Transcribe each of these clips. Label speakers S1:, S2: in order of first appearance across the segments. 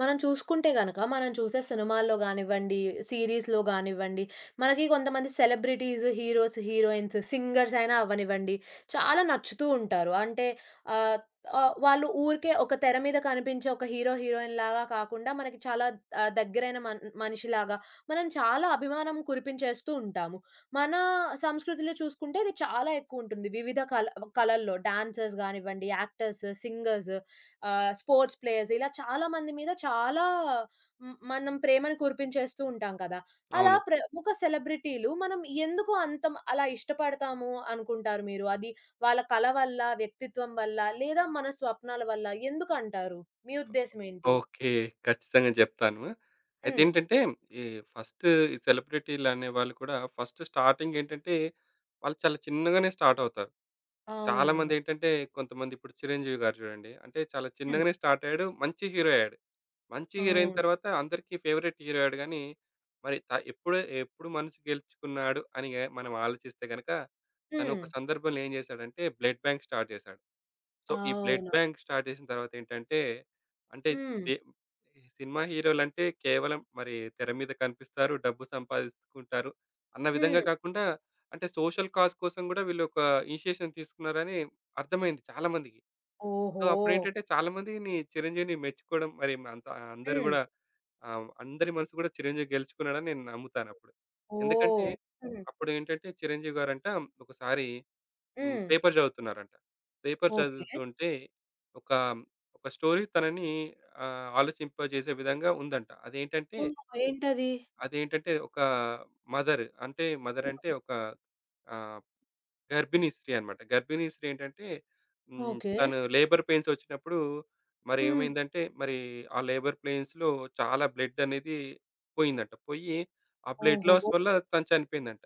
S1: మనం చూసుకుంటే గనక, మనం చూసే సినిమాల్లో గానివ్వండి, సీరీస్‌లో గానివ్వండి, మనకి కొంతమంది సెలబ్రిటీస్, హీరోస్, హీరోయిన్స్, సింగర్స్ అయినా అవ్వనివ్వండి, చాలా నచ్చుతూ ఉంటారు. అంటే ఆహ్, ఆహ్, వాళ్ళు ఊరికే ఒక తెర మీద కనిపించే ఒక హీరో, హీరోయిన్ లాగా కాకుండా, మనకి చాలా దగ్గరైన మనిషిలాగా మనం చాలా అభిమానం కురిపించేస్తూ ఉంటాము. మన సంస్కృతిలో చూసుకుంటే, ఇది చాలా ఎక్కువుంటుంది. వివిధ కళల్లో డాన్సర్స్ గానివ్వండి, యాక్టర్స్, సింగర్స్, స్పోర్ట్స్ ప్లేయర్స్, ఇలా చాలా మంది మీద చాలా మనం ప్రేమను కురిపించేస్తూ ఉంటాం కదా! అలా
S2: అవును.
S1: ప్రముఖ సెలబ్రిటీలు మనం ఎందుకు అంత అలా ఇష్టపడతాము అనుకుంటారు మీరు? అది వాళ్ళ కళ వల్ల, వ్యక్తిత్వం వల్ల లేదా మన స్వప్నాల వల్ల ఎందుకంటారు? మీ ఉద్దేశ్యం ఏంటి?
S2: ఓకే. ఖచ్చితంగా జెప్తాను. అయితే
S1: హ్మ్.
S2: ఏంటంటే, ఈ ఫస్ట్ ఈ సెలబ్రిటీలనే వాళ్ళు కూడా ఫస్ట్ స్టార్టింగ్ ఏంటంటే, వాళ్ళు చాలా చిన్నగానే స్టార్ట్ అవుతారు.
S1: అవునవును.
S2: చాలామందేంటంటే, కొంతమంది ఇప్పుడు 'చిరంజీవి' గారు జూడండి. అంటే చాలా
S1: హ్మ్.
S2: చిన్నగానే స్టార్ట్ అయ్యాడు. మంచి హీరో అయ్యాడు. మంచి హీరో అయిన
S1: అవును.
S2: తర్వాత అందరికీ ఫేవరెట్ హీరో అయ్యాడు గానీ, మరి త ఎప్పుడు ఎప్పుడు మనసు గెలుచుకున్నాడు అని మనం ఆలోచిస్తే గనక, తను
S1: హ్మ్.
S2: ఒక సందర్భంలో ఏం జేశాడంటే, బ్లడ్ బ్యాంక్ స్టార్ట్ జేశాడు. సో, ఈ బ్లడ్
S1: అవును.
S2: బ్యాంక్ స్టార్ట్ చేసిన తర్వాతేంటంటే, అంటే
S1: హ్మ్.
S2: దే సినిమా హీరోలంటే కేవలం మరి తెర మీద కనిపిస్తారు, డబ్బు సంపాదించుకుంటారు అన్న విధంగా
S1: హ్మ్.
S2: కాకుండా, అంటే సోషల్ కాజ్ కోసం గూడా వీళ్ళు ఒక ఇనిషియేషన్ తీసుకున్నారని అర్థమైంది చాలా మందికి. సో,
S1: ఓహో!
S2: అప్పుడేంటంటే చాలా మందిని చిరంజీవిని మెచ్చుకోవడం మరి అంత అందరూ
S1: హ్మ్.
S2: గూడా అందరి మనసు గూడా చిరంజీవి గెలుచుకున్నాడని నేను నమ్ముతానప్పుడు. ఎందుకంటే
S1: ఓహ్! హ్మ్.
S2: అప్పుడేంటంటే చిరంజీవి గారంట ఒకసారి
S1: హ్మ్.
S2: పేపర్ చదువుతున్నారంట. Paper
S1: okay.
S2: చదువుతుంటే ఒక, ఒక స్టోరీ తనని ఆలోచింపజేసే విధంగా ఉందంట. అదేంటంటే,
S1: ఓహ్! ఏంటది?
S2: అదేంటంటే ఒక మదర్ అంటే ఒక ఆహ్, గర్భిణీ స్త్రీ అన్నమాట. గర్భిణీ స్త్రీ ఏంటంటే
S1: ఓకే.
S2: తను లేబర్ పెయిన్స్ వచ్చినప్పుడు మరి
S1: హ్మ్.
S2: ఏమైందంటే మరి ఆ లేబర్ పెయిన్స్‌లో చాలా బ్లడ్ అనేది పోయిందంట. పోయి ఆ బ్లడ్ లాస్
S1: ఓహో!
S2: వల్ల తను చనిపోయిందంట.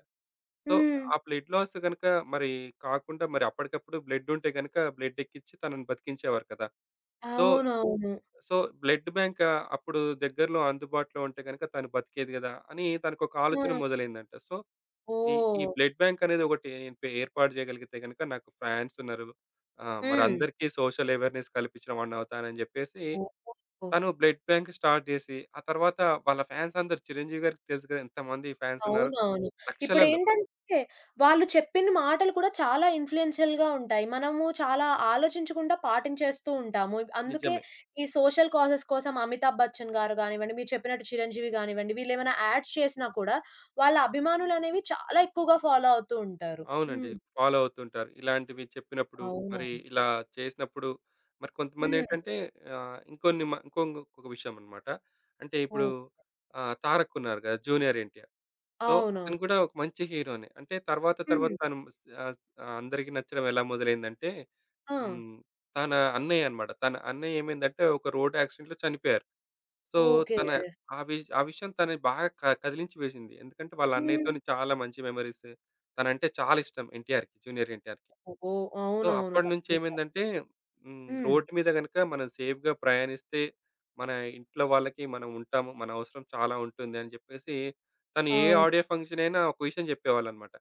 S2: సో,
S1: హ్మ్.
S2: ఆ బ్లడ్ లాస్ గనక మరి కాకుండా మరి అప్పటికప్పుడు బ్లడ్ ఉంటే గనక బ్లడ్ ఎక్కిచ్చి తనని బతికించేవారు కదా! సో,
S1: అవునవును.
S2: సో బ్లడ్ బ్యాంక్ అప్పుడు దగ్గరలో అందుబాటులో ఉంటే గనక తను బతికేది గదా అని తనకొక ఆలోచన
S1: ఆ!
S2: మొదలైందంట. సో, ఈ ఈ
S1: ఓహ్!
S2: బ్లడ్ బ్యాంక్ అనేది ఒకటి ఏర్పాటు చేయగలిగితే గనక నాకు ఫ్రాన్స్ ఉన్నారు.
S1: హ్మ్.
S2: మరందరికీ సోషల్ అవేర్‌నెస్ కల్పించిన వాడినవుతానని జెప్పేసి
S1: ఓహోహో!
S2: తను బ్లడ్ బ్యాంక్ స్టార్ట్ జేసి, ఆ తర్వాత వాళ్ళ ఫ్యాన్స్ అందరూ చిరంజీవి గారికి తెలుసు గదా! ఎంతమంది ఫ్యాన్స్ ఉన్నారో
S1: అవునవును.
S2: లక్షలలో.
S1: ఇప్పుడేంటంటే, వాళ్ళు చెప్పిన మాటలు కూడా చాలా ఇన్‌ఫ్లూయెన్షియల్‌గా ఉంటాయి. మనము చాలా ఆలోచించకుండా పాటించేస్తూ ఉంటాము. అందుకే
S2: నిజమే.
S1: ఈ సోషల్ కాజెస్ కోసం అమితాబ్ బచ్చన్ గారు గానివ్వండి, మీరు చెప్పినట్టు చిరంజీవి గానివ్వండి, వీళ్ళేమైనా యాడ్స్ చేసినా కూడా వాళ్ళ అభిమానులనేవి చాలా ఎక్కువగా ఫాలో అవుతూ ఉంటారు.
S2: అవునండి.
S1: హ్మ్.
S2: ఫాలో అవుతుంటారు. ఇలాంటివి చెప్పినప్పుడు, మరి
S1: అవునవును.
S2: ఇలా చేసినప్పుడు మరి
S1: హ్మ్.
S2: కొంతమందేంటంటే ఆహ్, ఇంకొన్ని మ ఇంకొ ఇంకొక విషయం అన్నమాట. అంటే ఇప్పుడు
S1: ఓహ్!
S2: 'తారక్' ఉన్నారు గదా! జూనియర్ ఎన్‌టిఆర్. సో, అతను
S1: అవునవును.
S2: కూడా ఒక మంచి హీరోనే. అంటే తర్వాత తర్వాత
S1: హ్మ్.
S2: అందరికి నచ్చడం ఎలా మొదలైందంటే
S1: ఆ!
S2: హ్మ్. తన అన్నయ్య అన్నమాట. తన అన్నయ్య ఏమైందంటే ఒక రోడ్ యాక్సిడెంట్‌లో చనిపోయారు. So,
S1: okay.
S2: తన ఆ విషయం తనని బాగా కదిలించి వేసింది. ఎందుకంటే, వాళ్ళ
S1: హ్మ్.
S2: అన్నయ్యతోని చాలా మంచి మెమోరీస్. తనంటే చాలా ఇష్టం ఎన్టీఆర్‌కి, జూనియర్ ఎన్టీఆర్‌కి.
S1: ఓహో!
S2: సో,
S1: అవునవును.
S2: అప్పటినుంచి
S1: తప్పకుండా.
S2: ఏమైందంటే
S1: హ్మ్.
S2: రోడ్డు మీద గనుక మనం సేఫ్‌గా ప్రయాణిస్తే, మన ఇంట్లో వాళ్ళకి మనం ఉంటాము. మన అవసరం చాలా ఉంటుంది అని చెప్పేసి, తను ఏ
S1: అవును.
S2: ఆడియో ఫంక్షన్ అయినా ఒక విషయం చెప్పేవాళ్ళన్నమాట.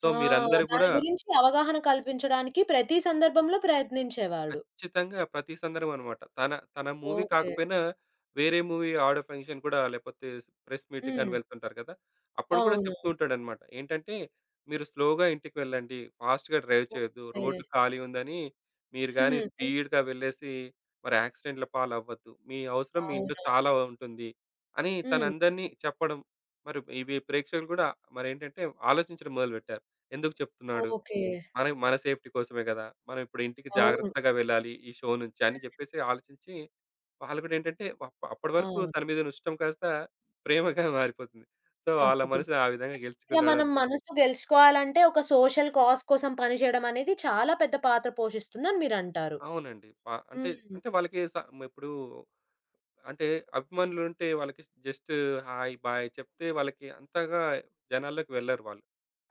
S2: సో,
S1: ఆ!
S2: మీరందరూ
S1: దాని
S2: గూడా
S1: గురించి అవగాహన కల్పించడానికి ప్రతి సందర్భంలో ప్రయత్నించేవాడు.
S2: ఖచ్చితంగా ప్రతి సందర్భం అనమాట. తన తన మూవీ
S1: ఓకే.
S2: కాకపోయినా వేరే మూవీ ఆడియో ఫంక్షన్ కూడా లేకపోతే ప్రెస్ మీట్‌కి గాని
S1: హ్మ్.
S2: వెళ్తుంటారు కదా! అప్పుడు కూడా
S1: అవును.
S2: చెప్తూ ఉంటాడనమాట. ఏంటంటే, "మీరు స్లోగా ఇంటికి వెళ్ళండి. ఫాస్ట్‌గా డ్రైవ్ చేయొద్దు.
S1: ఓకే.
S2: రోడ్డు ఖాళీ ఉందని మీరు
S1: హ్మ్.
S2: గాని
S1: హ్మ్.
S2: స్పీడ్‌గా వెళ్ళేసి మరి యాక్సిడెంట్‌ల పాలవ్వద్దు. మీ అవసరం మీ ఇంట్లో
S1: అవునా!
S2: చాలా ఉంటుంది" అని
S1: హ్మ్.
S2: తనందరిని చెప్పడం. మరి ఇవి ప్రేక్షకులు కూడా మరేంటంటే ఆలోచించడం మొదలుపెట్టారు. ఎందుకు చెప్తున్నాడు?
S1: ఓకే.
S2: మనం మన సేఫ్టీ కోసమే కదా! మనం ఇప్పుడు ఇంటికి
S1: అవును.
S2: జాగ్రత్తగా వెళ్ళాలి ఈ షో నుంచి అని చెప్పేసి ఆలోచించి, వాళ్ళు కూడా ఏంటంటే అప్పటి వరకు
S1: అవును.
S2: తన మీద ఉన్న ఇష్టం కాస్త ప్రేమగా మారిపోతుంది. సో, వాళ్ళ
S1: తప్పకుండా.
S2: మనసుని ఆ విధంగా
S1: ఇలా మనం
S2: గెలుచుకున్నాడని
S1: మనసు గెలుచుకోవాలంటే ఒక సోషల్ కాజ్ కోసం పనిచేయడం అనేది చాలా పెద్ద పాత్ర పోషిస్తుందని మీరంటారు.
S2: అవునండి. అంటే,
S1: హ్మ్.
S2: అంటే వాళ్ళకి ఇప్పుడు అంటే అభిమానులుంటే వాళ్ళకి జస్ట్ హాయ్, బాయ్ చెప్తే వాళ్ళకి అంతగా జనాల్లోకి వెళ్లరు వాళ్ళు.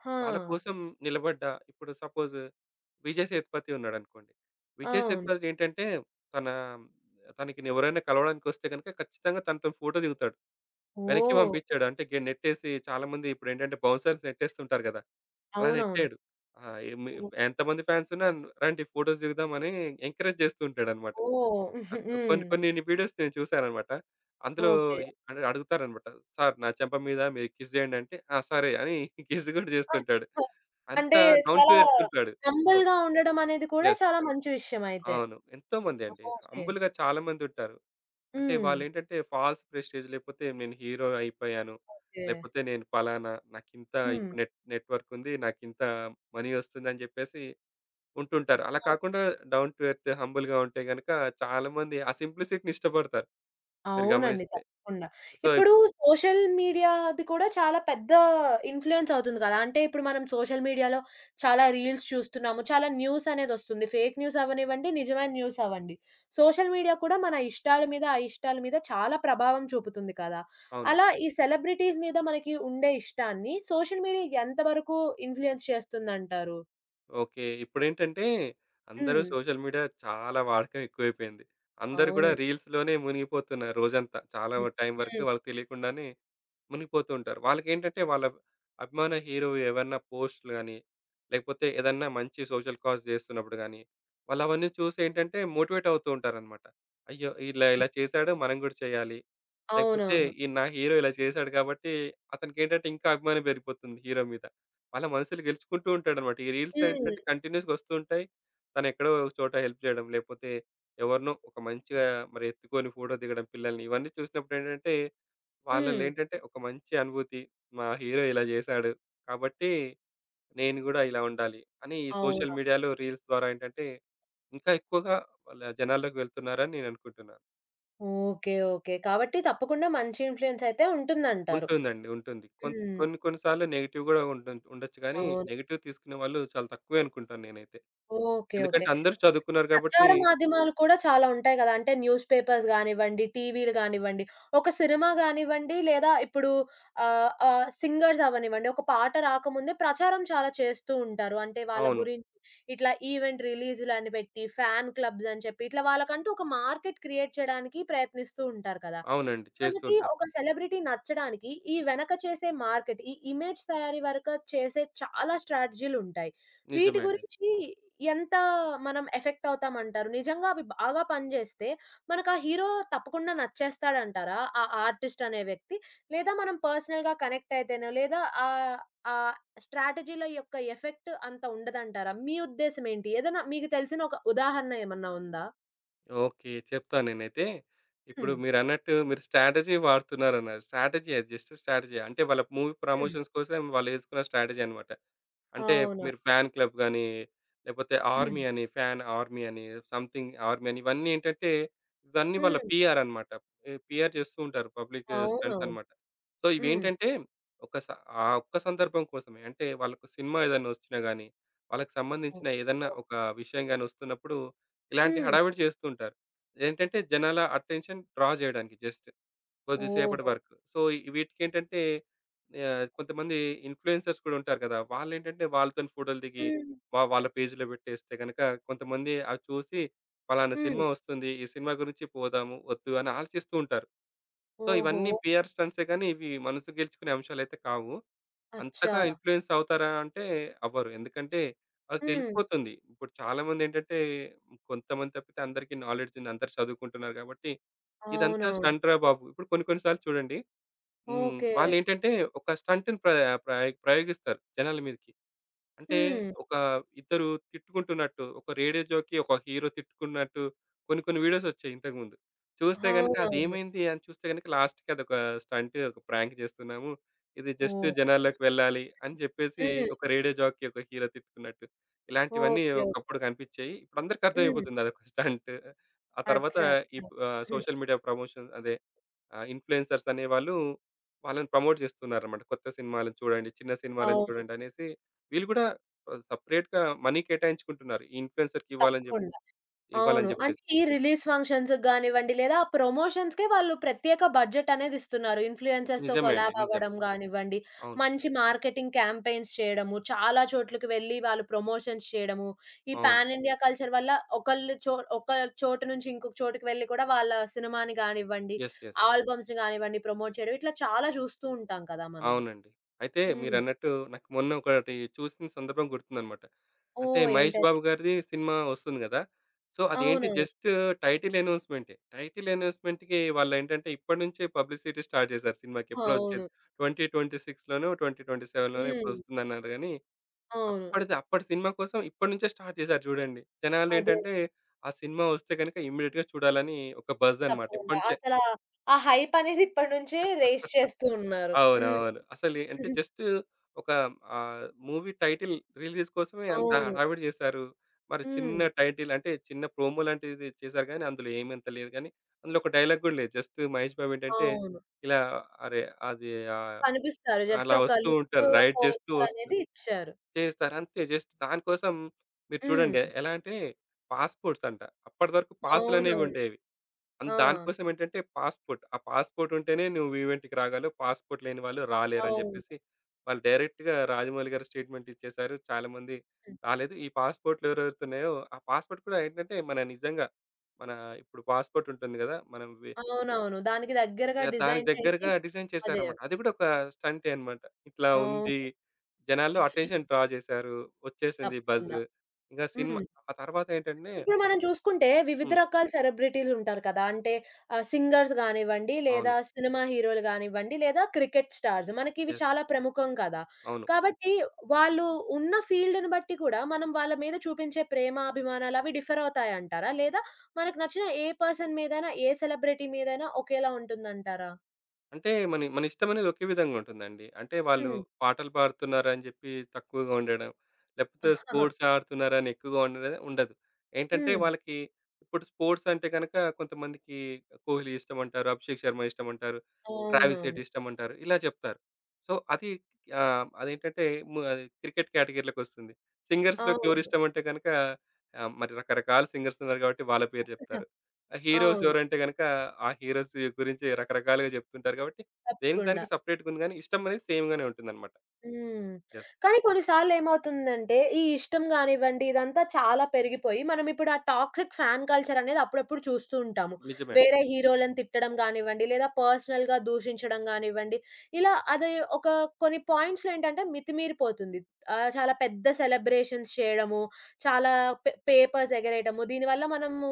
S1: ఆ!
S2: వాళ్ళ కోసం నిలబడ్డ ఇప్పుడు సపోజ్ విజయ్ సేతుపతి ఉన్నాడనుకోండి. విజయ్
S1: అవును.
S2: సేతుపతి ఏంటంటే తన తనకిని ఎవరైనా కలవడానికొస్తే గనుక ఖచ్చితంగా తనతోని ఫోటో దిగుతాడు. వెనక్కి
S1: ఓహ్!
S2: పంపించడు. అంటే నెట్టేసి చాలామంది ఇప్పుడేంటంటే బౌన్సర్స్ నెట్టేస్తుంటారు గదా! అలా
S1: అవునవును.
S2: నెట్టాడు. ఆ! ఏమి ఎంతమంది ఫ్యాన్స్ ఉన్నా రండి ఫోటోస్ దిగుదాం అని ఎంకరేజ్ చేస్తూ ఉంటాడన్నమాట.
S1: ఓహ్!
S2: అ కొన్ని
S1: హ్మ్.
S2: కొన్ని వీడియోస్ నేను చూసానన్నమాట. అందులో
S1: ఓకే.
S2: అడుగుతారన్నమాట. సార్ నా చెంప మీద మీరు కిస్ చేయండి అంటే, ఆ! సరే అని కిస్ గూడా
S1: ఆ!
S2: చేస్తుంటాడు.
S1: ఆ! అంటే
S2: అంతా డౌన్ టు
S1: చాలా
S2: ఎర్త్ ఉంటాడు. సో
S1: హంబుల్‌గా ఉండడం అనేది కూడా
S2: యెస్.
S1: చాలా మంచి విషయం అయితే.
S2: అవును. ఎంతోమంది అండి.
S1: ఓకే.
S2: హంబుల్‌గా చాలామందుంటారు. అంటే
S1: హ్మ్.
S2: వాళ్ళేంటంటే ఫాల్స్ ప్రెస్టీజ్ లేపోతే నేను హీరో అయిపోయాను.
S1: ఓకే.
S2: లేపోతే నేను పలానా నాకింత
S1: హ్మ్.
S2: ఇప్పుడు నెట్‌వర్క్ ఉంది. నాకింత మనీ ఒస్తుందని జెప్పేసి ఉంటుంటారు.
S1: ఆ!
S2: అలా కాకుండా డౌన్ టు ఎర్త్ హంబుల్‌గా ఉంటే గనక చాలామంది ఆ సింప్లిసిటీని ఇష్టపడతారు. మీరు
S1: అవునండి.
S2: గమనిస్తే.
S1: తప్పకుండా.
S2: సో ఇప్
S1: ఇప్పుడు సోషల్ మీడియా అది కూడా చాలా పెద్ద ఇన్‌ఫ్లూయెన్స్ అవుతుంది కదా! అంటే ఇప్పుడు మనం సోషల్ మీడియాలో చాలా రీల్స్ చూస్తున్నాము. చాలా న్యూస్ అనేదొస్తుంది. ఫేక్ న్యూస్ అవ్వనివ్వండి, నిజమైన న్యూస్ అవ్వండి. సోషల్ మీడియా కూడా మన ఇష్టాల మీద, అయిష్టాల మీద చాలా ప్రభావం చూపుతుంది కదా!
S2: అవును.
S1: అలా ఈ సెలబ్రిటీస్ మీద మనకి ఉండే ఇష్టాన్ని సోషల్ మీడియా ఎంతవరకు ఇన్‌ఫ్లూయెన్స్ చేస్తుందంటారు?
S2: ఓకే. ఇప్పుడేంటంటే అందరూ
S1: హ్మ్.
S2: సోషల్ మీడియా చాలా వాడకం ఎక్కువైపోయింది. అందరూ గూడా
S1: అవునండి.
S2: రీల్స్‌లోనే మునిగిపోతున్నారు రోజంతా. చాలా
S1: హ్మ్.
S2: టైం వరకు
S1: హ్మ్.
S2: వాళ్ళకి తెలియకుండానే మునిగిపోతూ ఉంటారు. వాళ్ళకేంటంటే వాళ్ళ అభిమాన హీరో ఏవన్నా పోస్ట్‌లు గాని, లేకపోతే ఏదన్నా మంచి సోషల్ కాజ్ చేస్తున్నప్పుడు గాని, వాళ్ళవన్నీ చూసి ఏంటంటే మోటివేట్ అవుతూ ఉంటారనమాట. అయ్యో! ఇలా ఇలా చేశాడు మనం గూడా చేయాలి. లేకపోతే
S1: అవునవును.
S2: ఈ నా హీరో ఇలా చేశాడు కాబట్టి అతనికేంటంటే ఇంకా అభిమానం పెరిగిపోతుంది హీరో మీద. అలా మనసులు గెలుచుకుంటూ ఉంటాడనమాట. ఈ రీల్స్
S1: హ్మ్.
S2: ఏంటంటే కంటిన్యూస్‌గా వస్తూ ఉంటాయి. తనెక్కడో ఒక చోట హెల్ప్ చేయడం, లేపోతే ఎవరినో ఒక మంచిగా మరి ఎత్తుకొని ఫోటో దిగడం పిల్లల్ని. ఇవన్నీ చూసినప్పుడేంటంటే వాళ్ళలో
S1: హ్మ్.
S2: ఏంటంటే ఒక మంచి అనుభూతి. మా హీరో ఇలా చేశాడు. కాబట్టి నేను గూడా ఇలా ఉండాలి అని ఈ
S1: అవును.
S2: సోషల్ మీడియాలో రీల్స్ ద్వారా ఏంటంటే ఇంకా ఎక్కువగా వాళ్ళ జనాల్లోకి వెళ్తున్నారని నేననుకుంటున్నాను.
S1: ఓకే. ఓకే. కాబట్టి తప్పకుండా మంచి ఇన్‌ఫ్లూయెన్స్ అయితే ఉంటుందంటారు.
S2: ఉంటుందండి. ఉంటుంది. కొన్
S1: హ్మ్.
S2: కొన్ని కొన్ని సార్లు నెగెటివ్ గూడా ఉండొచ్చు గానీ,
S1: అవును.
S2: నెగెటివ్ తీసుకునే వాళ్ళు చాలా తక్కువే అనుకుంటాను నేనైతే.
S1: ఓకే. ఓకే.
S2: ఎందుకంటే అందరూ చదువుకున్నారు గాబట్టి
S1: ప్రచార మాధ్యమాలు కూడా చాలా ఉంటాయి గదా! అంటే న్యూస్ పేపర్స్ గానివ్వండి, టీవీలు గానివ్వండి, ఒక సినిమా గానివ్వండి లేదా ఇప్పుడు ఆహ్, ఆహ్, సింగర్స్ అవ్వనివ్వండి, ఒక పాట రాకముందే ప్రచారం చాలా చేస్తూ ఉంటారు. అంటే వాళ్ళ
S2: అవును.
S1: గురించి ఇట్లా ఈవెంట్ రిలీజ్‌లని పెట్టి, ఫ్యాన్ క్లబ్స్ అని చెప్పి ఇట్లా వాళ్ళకంటూ ఒక మార్కెట్ క్రియేట్ చేయడానికి ప్రయత్నిస్తూ ఉంటారు కదా!
S2: అవునండి. చేస్తూ
S1: మనకి
S2: ఉంటారు.
S1: ఒక సెలబ్రిటీ నచ్చడానికి ఈ వెనక చేసే మార్కెట్, ఈ ఇమేజ్ తయారీ వరక చేసే చాలా స్ట్రాటజీలుంటాయి. వీటి
S2: నిజమే అండి.
S1: గురించి ఎంత మనం ఎఫెక్ట్ అవుతామంటారు? నిజంగా అవి బాగా పనిజేస్తే మనకా హీరో తప్పకుండా నచ్చేస్తాడంటారా? ఆ ఆర్టిస్ట్ అనే వ్యక్తి? లేదా మనం పర్సనల్‌గా కనెక్ట్ అయితేనో లేదా ఆ స్ట్రాటజీల యొక్క ఎఫెక్ట్ అంత ఉండదంటారా? మీ ఉద్దేశ్యం ఏంటి? ఏదైనా మీకు తెలిసిన ఒక ఉదాహరణ ఏమన్నా ఉందా?
S2: ఓకే. చెప్తాను నేనైతే. ఇప్పుడు
S1: హ్మ్.
S2: మీరన్నట్టు మీరు స్ట్రాటజీ వాడుతున్నారన్నారు. స్ట్రాటజీ అది జస్ట్ స్ట్రాటజీయే. అంటే వాళ్ళ మూవీ
S1: హ్మ్.
S2: ప్రమోషన్స్ కోసం వాళ్ళేసుకున్న స్ట్రాటజీ అన్నమాట. అంటే
S1: అవునా?
S2: మీరు ఫ్యాన్ క్లబ్ గాని, లేపోతే
S1: హ్మ్.
S2: ఆర్మీ అని, ఫ్యాన్ ఆర్మీ అని, సంథింగ్ ఆర్మీ అని ఇవన్నీ ఏంటంటే, ఇవన్నీ వాళ్ళ
S1: హ్మ్.
S2: పీఆర్ అన్నమాట. ఈ పీఆర్ చేస్తూ ఉంటారు. పబ్లిక్ స్టంట్స్
S1: అవునవును.
S2: అన్నమాట. సో,
S1: హ్మ్.
S2: ఇవేంటంటే ఒక స ఆ ఒక్క సందర్భం కోసమే. అంటే వాళ్ళకు సినిమా ఏదైనా ఒచ్చినా గాని, వాళ్ళకి
S1: ఓహ్!
S2: సంబంధించిన ఏదన్నా
S1: ఓహ్!
S2: ఒక విషయం గాని ఒస్తున్నప్పుడు ఇలాంటి
S1: హ్మ్.
S2: హడావిడి చేస్తూ ఉంటారు. ఏంటంటే జనాల అటెన్షన్ డ్రా జేయడానికి జస్ట్ కొద్దిసేపటి
S1: ఓహో!
S2: వరకు. సో, వీటికేంటంటే కొంతమంది ఇన్‌ఫ్లుయెన్సర్స్ కూడా ఉంటారు కదా! వాళ్ళేంటంటే వాళ్ళతోని ఫోటోలు దిగి
S1: హ్మ్.
S2: వాళ్ళ పేజ్‌లో పెట్టేస్తే గనక కొంతమంది అవి చూసి పలానా
S1: హ్మ్.
S2: సినిమా వస్తుంది. ఈ సినిమా గురించి పోదాము, వద్దు అని ఆలోచిస్తూ ఉంటారు. సో,
S1: ఓహో!
S2: ఇవన్నీ పీఆర్ స్టంట్సే గాని ఇవి మనసు గెలుచుకునే అంశాలైతే కావు.
S1: అచ్చా!
S2: అంతగా ఇన్‌ఫ్లుయెన్స్ అవుతారా అంటే అవ్వరు. ఎందుకంటే వాళ్ళకి
S1: హ్మ్.
S2: తెలిసిపోతుంది. ఇప్పుడు చాలామంది ఏంటంటే కొంతమంది తప్పితే అందరికీ నాలెడ్జ్ ఉంది. అందరూ చదువుకుంటున్నారు కాబట్టి ఇదంతా
S1: అవునవును.
S2: స్టంట్‌రా బాబు! ఇప్పుడు కొన్ని కొన్ని సార్లు చూడండి
S1: ఓకే.
S2: వాళ్ళేంటంటే ఒక స్టంట్‌ని ప్రయోగిస్తారు జనాల మీదకి. అంటే
S1: హ్మ్.
S2: ఒక ఇద్దరు తిట్టుకుంటున్నట్టు, ఒక రేడియో జోకీ, ఒక హీరో తిట్టుకున్నట్టు కొన్ని కొన్ని వీడియోసొచ్చాయి ఇంతకుముందు. చూస్తే గనుక
S1: అవునవును.
S2: అదేమైంది అని చూస్తే గనుక లాస్ట్‌కి అదొక స్టంట్, ఒక ప్రాంక్ జేస్తున్నాము. ఇది జస్ట్
S1: ఓహ్!
S2: జనాల్లోకి వెళ్ళాలి అని జెప్పేసి
S1: హ్మ్.
S2: ఒక రేడియో జాకీ, ఒక హీరో తిట్టుకున్నట్టు. ఇలాంటివన్నీ
S1: ఓకే. ఓకే.
S2: ఒకప్పుడు కనిపిచ్చాయి. ఇప్పుడందరికీ
S1: హ్మ్.
S2: అర్థమైపోతుంది అదొక స్టంట్. ఆ తర్వాత
S1: అచ్చా! అచ్చా! హ్మ్.
S2: సోషల్ మీడియా ప్రమోషన్ అదే ఇన్‌ఫ్లుయెన్సర్స్ అనేవాళ్ళు వాళ్ళని ప్రమోట్ చేస్తున్నారన్నమాట. కొత్త సినిమాలను చూడండి, చిన్న సినిమాలను
S1: అవును.
S2: చూడండి అనేసి వీళ్ళు కూడా సెపరేట్‌గా మనీ కేటాయించుకుంటున్నారు. ఈ ఇన్‌ఫ్లుయెన్సర్‌కి
S1: తప్పకుండా. అవును.
S2: ఇవ్వాలని
S1: అంటే
S2: జెప్పేసి.
S1: ఈ రిలీజ్ ఫంక్షన్స్‌కి గానివ్వండి, లేదా ఆ ప్రమోషన్స్‌కే వాళ్ళు ప్రత్యేక బడ్జెట్ అనేది ఇస్తున్నారు. ఇన్‌ఫ్లుయెన్సర్స్‌తో
S2: నిజమే అండి.
S1: కొలాబ్
S2: నిజమే.
S1: అవ్వడం గానివ్వండి,
S2: అవును.
S1: మంచి మార్కెటింగ్ క్యాంపెయిన్స్ చేయడము, చాలా చోట్లకి వెళ్లి వాళ్ళు ప్రమోషన్స్ చేయడము, ఈ
S2: అవును.
S1: పాన్ ఇండియా కల్చర్ వల్ల ఒకళ్ళు ఒక చోటు నుంచి ఇంకొక చోటుకి వెళ్లి కూడా వాళ్ళ సినిమాని గానివ్వండి,
S2: యెస్. యెస్.
S1: ఆల్బమ్స్‌ని గానివ్వండి ప్రమోట్ చేయడం, ఇట్లా చాలా చూస్తూ ఉంటాం కదా మనం.
S2: అవునండి. అయితే
S1: హ్మ్.
S2: మీరన్నట్టు నాకు మొన్న ఒకటి చూసిన సందర్భం గుర్తుందనమాట. అంటే
S1: ఓహ్!
S2: 'మహేష్
S1: ఏంటది?
S2: బాబు' గారిది సినిమా వస్తుంది గదా! సో, అదేంటి
S1: అవునవును.
S2: జస్ట్ టైటిల్ అనౌన్స్‌మెంటే. టైటిల్ అనౌన్స్‌మెంట్‌కి వాళ్ళేంటంటే ఇప్పటి నుంచే పబ్లిసిటీ స్టార్ట్ చేశారు సినిమాకి. ఎప్పుడో వచ్చేది
S1: అవును.
S2: 2026లోనో, 2027లోనో ఎప్పుడో
S1: హ్మ్.
S2: వస్తుందన్నారు గానీ,
S1: అవును.
S2: అప్పటిది అప్పటి సినిమా కోసం ఇప్పటి నుంచే స్టార్ట్ చేశారు చూడండి.
S1: అదే.
S2: జనాలేంటంటే ఆ సినిమా వస్తే గనుక ఇమ్మీడియేట్‌గా చూడాలని ఒక బజ్ అనమాట.
S1: తప్పకుండా.
S2: ఇప్పటి నుంచే.
S1: అసలా ఆ హైప్ అనేది ఇప్పటి నుంచే రైజ్ చేస్తూ ఉన్నారు. హ్మ్.
S2: అవునవును. అసలే అంటే జస్ట్ ఒక మూవీ టైటిల్ రిలీజ్ కోసమే అంత
S1: అవును.
S2: హడావిడి చేశారు. మరి
S1: హ్మ్.
S2: చిన్న టైటిల్ అంటే చిన్న ప్రోమో లాంటిది చేశారు గానీ, అందులో ఏమి అంత లేదు గానీ, అందులో ఒక డైలాగ్ గూడా లేదు. జస్ట్ మహేష్ బాబు ఏంటంటే
S1: అవును.
S2: ఇలా అరే! అది ఆహ్,
S1: కనిపిస్తారు. జస్ట్
S2: అలా
S1: ఒక
S2: వస్తూ
S1: లుక్
S2: ఉంటారు. రైడ్ చేస్తూ
S1: పోస్టర్
S2: వస్తూ
S1: అనేది ఇచ్చారు.
S2: చేస్తారు. అంతే జస్ట్ దానికోసం మీరు
S1: హ్మ్.
S2: చూడండి ఎలా అంటే పాస్‌పోర్ట్స్ అంట. అప్పటివరకు పాస్‌లనేవి
S1: అవునవును.
S2: ఉండేవి.
S1: ఆ!
S2: దానికోసం ఏంటంటే పాస్‌పోర్ట్. ఆ పాస్‌పోర్ట్ ఉంటేనే నువ్వు ఈవెంట్‌కి రాగలవు. పాస్‌పోర్ట్ లేని వాళ్ళు రాలేరని
S1: అవును.
S2: జెప్పేసి, వాళ్ళు డైరెక్ట్‌గా రాజమౌళి గారు స్టేట్‌మెంట్ ఇచ్చేశారు. చాలామంది
S1: హ్మ్.
S2: రాలేదు. ఈ పాస్‌పోర్ట్‌లు ఎవరెవరితో ఉన్నాయో, ఆ పాస్‌పోర్ట్ కూడా ఏంటంటే, మన నిజంగా మన ఇప్పుడు పాస్‌పోర్ట్ ఉంటుంది గదా! మనం
S1: అవునవును. దానికి దగ్గరగా
S2: యాహ్! దానికి
S1: డిజైన్ చేసి
S2: దగ్గరగా డిజైన్
S1: అదే.
S2: చేశారన్నమాట. అది గూడా ఒక స్టంటే అన్నమాట. ఇట్లా
S1: అవును.
S2: ఉంది. జనాల్లో అటెన్షన్ డ్రా జేశారు. వచ్చేసింది బజ్.
S1: తప్పకుండా.
S2: ఇంగా
S1: హ్మ్.
S2: సినిమా ఆ తర్వాత ఏంటంటే
S1: ఇప్పుడు మనం చూసుకుంటే వివిధ
S2: హ్మ్.
S1: రకాల సెలబ్రిటీలు ఉంటారు కదా! అంటే సింగర్స్ గానివ్వండి, లేదా
S2: అవును.
S1: సినిమా హీరోలు గానివ్వండి, లేదా క్రికెట్ స్టార్స్. మనకి ఇవి
S2: యెస్.
S1: చాలా ప్రముఖం కదా!
S2: అవును.
S1: కాబట్టి వాళ్ళు ఉన్న ఫీల్డ్‌ని బట్టి కూడా మనం వాళ్ళ మీద చూపించే ప్రేమ, అభిమానాలు అవి డిఫర్ అవుతాయంటారా? లేదా మనకు నచ్చిన ఏ పర్సన్ మీదైనా, ఏ సెలబ్రిటీ మీదైనా ఒకేలా ఉంటుందంటారా?
S2: అంటే మన మన ఇష్టమనేది ఒకే విధంగా ఉంటుందండి. అంటే వాళ్ళు
S1: హ్మ్.
S2: పాటలు పాడుతున్నారని జెప్పి తక్కువగా ఉండడం, లేకపోతే
S1: హ్మ్.
S2: స్పోర్ట్స్ ఆడుతున్నారని ఎక్కువగా ఉండడం ఉండదు. ఏంటంటే వాళ్ళకి ఇప్పుడు స్పోర్ట్స్ అంటే గనక కొంతమందికి 'కోహ్లీ' ఇష్టమంటారు, 'అభిషేక్ శర్మ' ఇష్టమంటారు, 'ట్రావిస్
S1: అవునవును.
S2: హెడ్' ఇష్టమంటారు ఇలా చెప్తారు. సో, అది అదేంటంటే అది క్రికెట్ కేటగిరీలోకొస్తుంది. సింగర్స్‌లోకి
S1: అవును.
S2: ఎవరిష్టమంటే గనక మరి రకరకాల సింగర్స్ ఉన్నారు గాబట్టి వాళ్ళ పేరు జెప్తారు. ఆ హీరోస్
S1: అవును.
S2: ఎవరంటే గనక ఆ హీరోస్ గురించి రకరకాలుగా చెప్తుంటారు కాబట్టి దేనికి
S1: తప్పకుండా.
S2: దానికి సెపరేట్‌గా ఉంది గానీ ఇష్టం అనేది సేమ్ గానే ఉంటుందన్నమాట.
S1: హ్మ్.
S2: యెస్.
S1: కానీ కొన్ని సార్లేమవుతుందంటే, ఈ ఇష్టం గానివ్వండి, ఇదంతా చాలా పెరిగిపోయి, మనమిప్పుడు ఆ టాక్సిక్ ఫ్యాన్ కల్చరనేది అప్పుడప్పుడు చూస్తూ ఉంటాము.
S2: నిజమే అండి.
S1: వేరే హీరోలను తిట్టడం గానివ్వండి, లేదా పర్సనల్‌గా దూషించడం గానివ్వండి, ఇలా అది ఒక కొన్ని పాయింట్స్‌లో ఏంటంటే మితిమీరిపోతుంది. చాలా పెద్ద సెలబ్రేషన్స్ చేయడము, చాలా పేపర్స్ ఎగరేయడము, దీనివల్ల మనము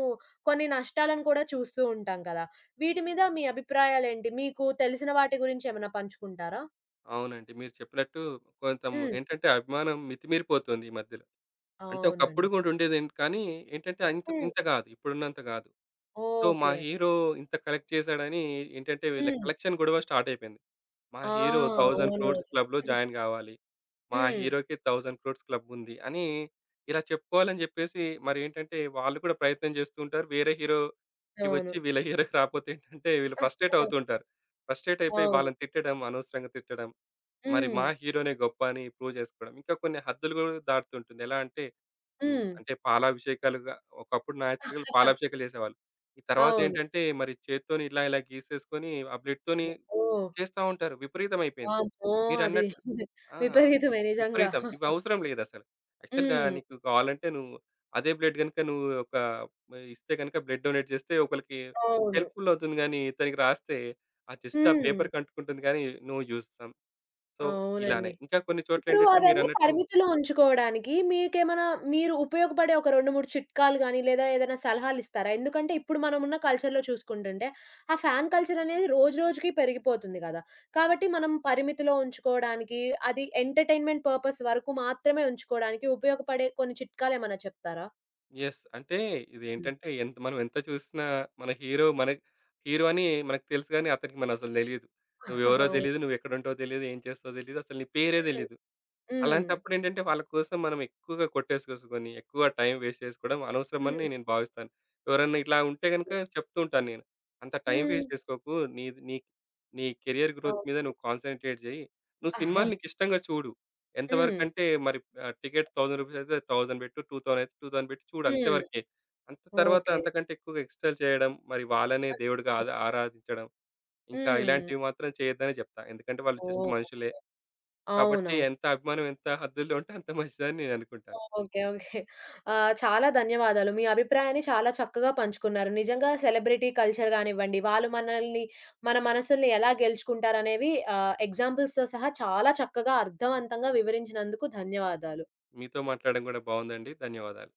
S1: కొన్ని నష్టాలను కూడా చూస్తూ ఉంటాం కదా! వీటి మీద మీ అభిప్రాయాలేంటి? మీకు తెలిసిన వాటి గురించి ఏమైనా పంచుకుంటారా?
S2: అవునండి. మీరు చెప్పినట్టు కొంత
S1: హ్మ్.
S2: ఏంటంటే అభిమానం మితిమీరిపోతుంది ఈ మధ్యలో. అంటే ఒకప్పుడు
S1: అవునండి.
S2: కూడా ఉండేది ఏంటి, కానీ ఏంటంటే ఇంత
S1: హ్మ్.
S2: ఇంత కాదు. ఇప్పుడున్నంత కాదు. సో, మా
S1: ఓకే.
S2: హీరో ఇంత కలెక్ట్ చేశాడని ఏంటంటే వీళ్ళ
S1: హ్మ్.
S2: కలెక్షన్ గొడవ స్టార్ట్ అయిపోయింది. మా
S1: ఆ!
S2: హీరో 1000
S1: అవునవును.
S2: క్రోర్స్ క్లబ్‌లో జాయిన్ గావాలి. మా
S1: హ్మ్.
S2: హీరోకి 1000 క్రోర్స్ క్లబ్ ఉంది అని ఇలా చెప్పుకోవాలని జెప్పేసి మరేంటంటే వాళ్ళు కూడా ప్రయత్నం చేస్తూ ఉంటారు. వేరే హీరోకి
S1: అవును.
S2: వచ్చి వీళ్ళ హీరోకి రాపోతే ఏంటంటే వీళ్ళు ఫ్రస్ట్రేట్ అవుతూ ఉంటారు. ఫ్రస్ట్రేట్ అయిపోయి
S1: అవును.
S2: వాళ్ళని తిట్టడం, అనవసరంగా తిట్టడం మరి
S1: హ్మ్.
S2: మా హీరోనే గొప్ప అని ప్రూవ్ చేసుకోవడం. ఇంకా కొన్ని హద్దులు గూడా దాటుతుంటుంది. ఎలా అంటే హ్మ్.
S1: హ్మ్.
S2: అంటే పాలాభిషేకాలుగా ఒకప్పుడు న్యాచురల్ పాలాభిషేకాలు చేసేవాళ్ళు. ఈ
S1: అవును.
S2: తర్వాతేంటంటే మరి చేత్తోని ఇలా ఇలా గీసేసుకొని ఆ బ్లడ్‌తోని
S1: ఓహ్!
S2: చేస్తా ఉంటారు. విపరీతమైపోయింది.
S1: వామ్మో! అది
S2: మీరన్నట్టు ఆ!
S1: విపరీతమే నిజంగా.
S2: విపరీతం. ఇవి అవసరం లేదసలు. యాక్చువల్‌గా
S1: హ్మ్.
S2: నీకు కావాలంటే నువ్వు అదే బ్లడ్ గనుక నువ్వు మరి ఇస్తే గనుక బ్లడ్ డొనేట్ చేస్తే ఒకళ్ళకి
S1: అవును.
S2: హెల్ప్‌ఫుల్ అవుతుంది గానీ, ఇతనికి రాస్తే ఆ జస్ట్ ఆ
S1: హ్మ్.
S2: పేపర్‌కి అంటుకుంటుంది గానీ, నో యూజ్. సో,
S1: అవునండి.
S2: ఇలానే. ఇంకా కొన్ని
S1: ఇప్పుడు
S2: చోట్లేంటంటే
S1: అవన్నీ
S2: మీరన్నట్టు
S1: పరిమితిలో ఉంచుకోవడానికి మీకేమైనా మీరు ఉపయోగపడే ఒక 2, 3 చిట్కాలు గాని, లేదా ఏదైనా సలహాలిస్తారా? ఎందుకంటే ఇప్పుడు మనమున్న కల్చర్‌లో చూసుకుంటుంటే, ఆ ఫ్యాన్ కల్చర్ అనేది రోజు రోజుకి పెరిగిపోతుంది గదా! కాబట్టి మనం పరిమితిలో ఉంచుకోవడానికి, అది ఎంటర్‌టైన్‌మెంట్ పర్పస్ వరకు మాత్రమే ఉంచుకోవడానికి ఉపయోగపడే కొన్ని చిట్కాలేమైనా చెప్తారా?
S2: యెస్. అంటే
S1: హ్మ్.
S2: ఇదేంటంటే ఎంత మనం ఎంత చూసినా మన హీరో అని మనకు తెలుసు గానీ అతనికి మనసలు తెలీదు. నువ్వెవరో
S1: అవును.
S2: తెలీదు, నువ్వెక్కడుంటావో తెలీదు, ఏం చేస్తావో తెలీదు, అసలు నీ పేరే తెలీదు.
S1: హ్మ్.
S2: అలాంటప్పుడు ఏంటంటే వాళ్ళ కోసం మనం ఎక్కువగా కొట్టేసుకొని, ఎక్కువ టైం వేస్ట్ చేసుకోవడం
S1: హ్మ్.
S2: అనవసరమని నేను భావిస్తాను. ఎవరన్నా ఇట్లా ఉంటే గనుక
S1: హ్మ్.
S2: చెప్తూ ఉంటాను నేను. "అంత టైం
S1: హ్మ్.
S2: వేస్ట్ చేసుకోకు. నీది నీ నీ కెరియర్ గ్రోత్
S1: అవును.
S2: మీద నువ్వు కాన్సంట్రేట్ చెయ్యి. నువ్వు సినిమాలు నీకిష్టంగా చూడు.
S1: హ్మ్.
S2: ఎంతవరకంటే మరి టికెట్ రూ. 1000 అయితే 1000 పెట్టు. 2000 అయితే 2000 పెట్టి చూడు అంతే
S1: హ్మ్.
S2: వరకే. అంత తర్వాత
S1: ఓకే.
S2: అంతకంటే ఎక్కువగా ఎక్స్‌ట్రాలు చేయడం, మరి వాళ్ళనే దేవుడిగా ఆరాధించడం, ఇంకా
S1: హ్మ్.
S2: ఇలాంటివి మాత్రం చేయొద్దనే" చెప్తా. ఎందుకంటే వాళ్ళు జస్ట్
S1: ఓహ్!
S2: మనుషులే. కాబట్టి
S1: అవునవును.
S2: ఎంత అభిమానం ఎంత హద్దుల్లో ఉంటే అంత మంచిదని నేను అనుకుంటాను.
S1: ఓకే. ఓకే. చాలా ధన్యవాదాలు. మీ అభిప్రాయాన్ని చాలా చక్కగా పంచుకున్నారు. నిజంగా సెలబ్రిటీ కల్చర్ గానివ్వండి, వాళ్ళు మనల్ని మన మనసుల్ని ఎలా గెలుచుకుంటారనేవి ఎగ్జాంపుల్స్‌తో సహా చాలా చక్కగా అర్థవంతంగా వివరించినందుకు ధన్యవాదాలు.
S2: మీతో మాట్లాడడం కూడా బాగుందండి. ధన్యవాదాలు.